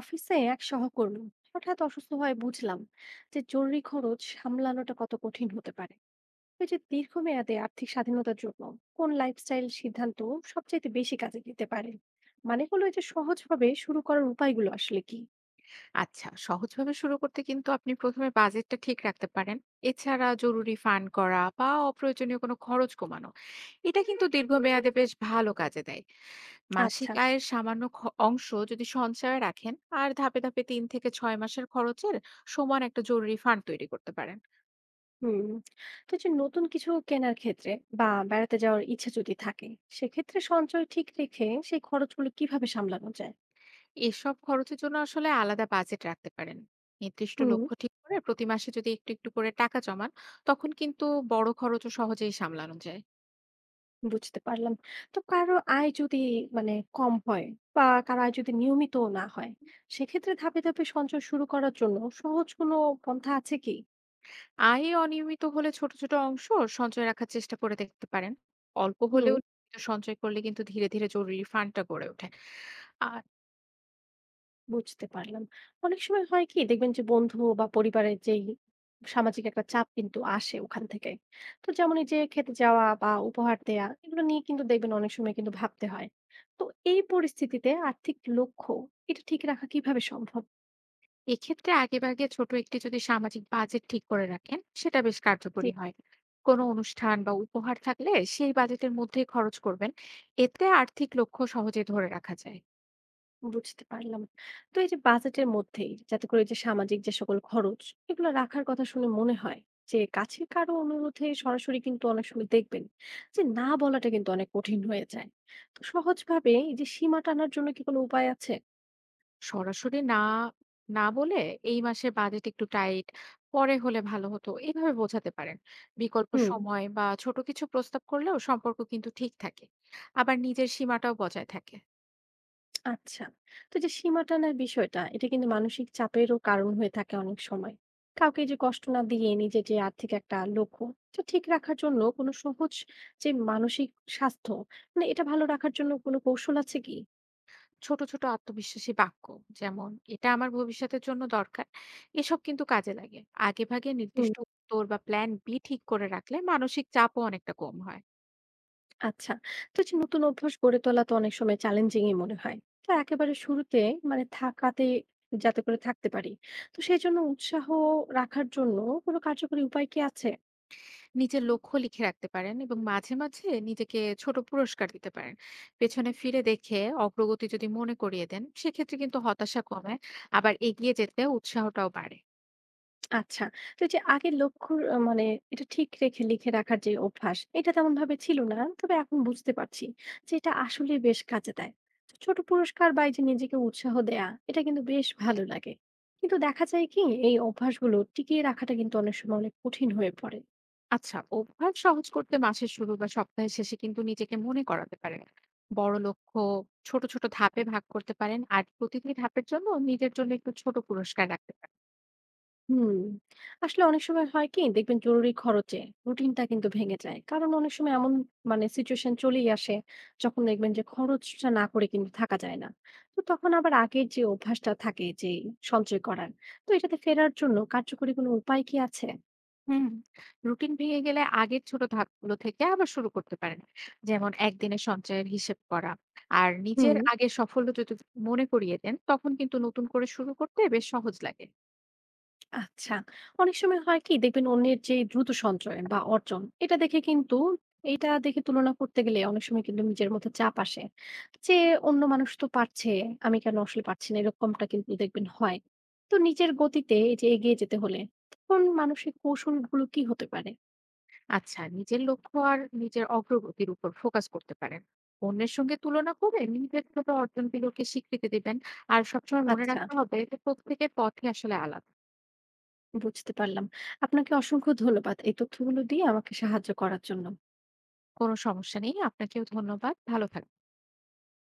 অফিসে এক সহকর্মী হঠাৎ অসুস্থ হয়ে বুঝলাম যে জরুরি খরচ সামলানোটা কত কঠিন হতে পারে। এই যে দীর্ঘমেয়াদে আর্থিক স্বাধীনতার জন্য কোন লাইফস্টাইল সিদ্ধান্ত সবচাইতে বেশি কাজে দিতে পারে, মানে হলো এই যে সহজভাবে শুরু করার উপায়গুলো আসলে কি? আচ্ছা, সহজভাবে শুরু করতে কিন্তু আপনি ১ম এ বাজেটটা ঠিক রাখতে পারেন। এছাড়া জরুরি ফান্ড করা বা অপ্রয়োজনীয় কোনো খরচ কমানো। এটা কিন্তু দীর্ঘমেয়াদে বেশ ভালো কাজে দেয়। মাসিক আচ্ছা। আয়ের সামান্য অংশ যদি সঞ্চয়ে রাখেন আর ধাপে, ধাপে ৩ থেকে ৬ মাসের খরচের সমান একটা জরুরি ফান্ড তৈরি করতে পারেন। হুম। তো এই যে নতুন কিছু কেনার ক্ষেত্রে বা বেড়াতে যাওয়ার ইচ্ছে যদি থাকে, সেক্ষেত্রে সঞ্চয় ঠিক রেখে সেই খরচগুলো কিভাবে সামলানো যায়? এসব খরচের জন্য আসলে আলাদা বাজেট রাখতে পারেন। নির্দিষ্ট হুম। লক্ষ্য ঠিক করে প্রতি মাসে যদি একটু, একটু করে টাকা জমান, তখন কিন্তু বড় খরচও সহজেই সামলানো যায়। বুঝতে পারলাম। তো কারো আয় যদি মানে কম হয়, বা কারো আয় যদি নিয়মিতও না হয়, সেক্ষেত্রে ধাপে, ধাপে সঞ্চয় শুরু করার জন্য সহজ কোনো পন্থা আছে কি? আয় অনিয়মিত হলে ছোট, ছোট অংশ সঞ্চয় রাখার চেষ্টা করে দেখতে পারেন। অল্প হুম। হলেও নিয়মিত সঞ্চয় করলে কিন্তু ধীরে, ধীরে জরুরি ফান্ডটা গড়ে ওঠে। আর বুঝতে পারলাম। অনেক সময় হয় কি দেখবেন যে বন্ধু বা পরিবারের যেই সামাজিক একটা চাপ কিন্তু আসে ওখান থেকে। তো যেমন এই যে খেতে যাওয়া বা উপহার দেয়া এগুলো নিয়ে কিন্তু দেখবেন অনেক সময় কিন্তু ভাবতে হয়। তো এই পরিস্থিতিতে আর্থিক লক্ষ্য এটা ঠিক রাখা কিভাবে সম্ভব? এক্ষেত্রে আগেভাগে ছোট একটি যদি সামাজিক বাজেট ঠিক করে রাখেন, সেটা বেশ জি। কার্যকরী হয়। কোনো অনুষ্ঠান বা উপহার থাকলে সেই বাজেটের মধ্যেই খরচ করবেন। এতে আর্থিক লক্ষ্য সহজে ধরে রাখা যায়। বুঝতে পারলাম। তো এই যে বাজেটের মধ্যেই যাতে করে এই যে সামাজিক যে সকল খরচ এগুলো রাখার কথা শুনে মনে হয় যে কাছের কারো অনুরোধে সরাসরি কিন্তু অনেক সময় দেখবেন যে না বলাটা কিন্তু অনেক কঠিন হয়ে যায়। তো সহজভাবে এই যে সীমা টানার জন্য কি কোনো উপায় আছে? সরাসরি না বলে এই মাসের বাজেট একটু টাইট, পরে হলে ভালো হতো এভাবে বোঝাতে পারেন। বিকল্প হুম। সময় বা ছোট কিছু প্রস্তাব করলেও সম্পর্ক কিন্তু ঠিক থাকে। আবার নিজের সীমাটাও বজায় থাকে। আচ্ছা। তো এই যে সীমা টানার বিষয়টা, এটা কিন্তু মানসিক চাপেরও কারণ হয়ে থাকে অনেক সময়। কাউকে এই যে কষ্ট না দিয়ে নিজের যে আর্থিক একটা লক্ষ্য, এটা ঠিক রাখার জন্য কোনো সহজ যে মানসিক স্বাস্থ্য, মানে এটা ভালো রাখার জন্য কোনো কৌশল আছে কি? ছোট, ছোট আত্মবিশ্বাসী বাক্য যেমন এটা আমার ভবিষ্যতের জন্য দরকার। এসব কিন্তু কাজে লাগে। আগেভাগে হুম, নির্দিষ্ট উত্তর বা প্ল্যান বি ঠিক করে রাখলে মানসিক চাপও অনেকটা কম হয়। আচ্ছা। তো এই যে নতুন অভ্যাস গড়ে তোলা তো অনেক সময় চ্যালেঞ্জিংই মনে হয়। তো একেবারে শুরুতে মানে থাকাতে যাতে করে থাকতে পারি। তো সেই জন্য উৎসাহ রাখার জন্য কোনো কার্যকরী উপায় কি আছে? নিজের লক্ষ্য লিখে রাখতে পারেন এবং মাঝে মাঝে নিজেকে ছোট পুরস্কার দিতে পারেন। পেছনে ফিরে দেখে অগ্রগতি যদি মনে করিয়ে দেন, সেক্ষেত্রে কিন্তু হতাশা কমে, আবার এগিয়ে যেতে উৎসাহটাও বাড়ে। আচ্ছা। তো এই যে আগের লক্ষ্যর মানে এটা ঠিক রেখে লিখে রাখার যে অভ্যাস, এটা তেমনভাবে ছিল না। তবে এখন বুঝতে পারছি যে এটা আসলেই বেশ কাজে দেয়। তো ছোট পুরস্কার বা এই যে নিজেকে উৎসাহ দেয়া, এটা কিন্তু বেশ ভালো লাগে। কিন্তু দেখা যায় কি এই অভ্যাসগুলো টিকিয়ে রাখাটা কিন্তু অনেক সময় অনেক কঠিন হয়ে পড়ে। আচ্ছা, অভ্যাস সহজ করতে মাসের শুরু বা সপ্তাহের শেষে কিন্তু নিজেকে মনে করাতে পারেন। বড় লক্ষ্য ছোট ছোট ধাপে ভাগ করতে পারেন আর প্রতিটি ধাপের জন্য নিজের জন্য একটু ছোট পুরস্কার রাখতে হুম। আসলে অনেক সময় হয় কি দেখবেন জরুরি খরচে রুটিনটা কিন্তু ভেঙে যায়, কারণ অনেক সময় এমন মানে সিচুয়েশন চলেই আসে যখন দেখবেন যে খরচটা না করে কিন্তু থাকা যায় না। তো তখন আবার আগের যে অভ্যাসটা থাকে যে সঞ্চয় করার, তো এটাতে ফেরার জন্য কার্যকরী কোনো উপায় কি আছে? হুম। রুটিন ভেঙে গেলে আগের ছোট ধাপগুলো থেকে আবার শুরু করতে পারেন, যেমন একদিনের সঞ্চয়ের হিসেব করা। আর নিজের হুম। আগের সাফল্য যদি মনে করিয়ে দেন, তখন কিন্তু নতুন করে শুরু করতে বেশ সহজ লাগে। আচ্ছা। অনেক সময় হয় কি দেখবেন অন্যের যে দ্রুত সঞ্চয় বা অর্জন এটা দেখে কিন্তু এটা দেখে তুলনা করতে গেলে অনেক সময় কিন্তু নিজের মধ্যে চাপ আসে যে অন্য মানুষ তো পারছে, আমি কেন আসলে পারছি না, এরকমটা কিন্তু দেখবেন হয়। তো নিজের গতিতে এই যে এগিয়ে যেতে হলে তখন মানসিক কৌশলগুলো কি হতে পারে? আচ্ছা, নিজের লক্ষ্য আর নিজের অগ্রগতির উপর ফোকাস করতে পারেন। অন্যের সঙ্গে তুলনা করে নিজের ছোট অর্জনগুলোকে স্বীকৃতি দিবেন। আর সবসময় মনে আচ্ছা। রাখতে হবে যে প্রত্যেকের পথই আসলে আলাদা। বুঝতে পারলাম। আপনাকে অসংখ্য ধন্যবাদ এই তথ্যগুলো দিয়ে আমাকে সাহায্য করার জন্য। কোনো সমস্যা নেই, আপনাকেও ধন্যবাদ, ভালো থাকবেন।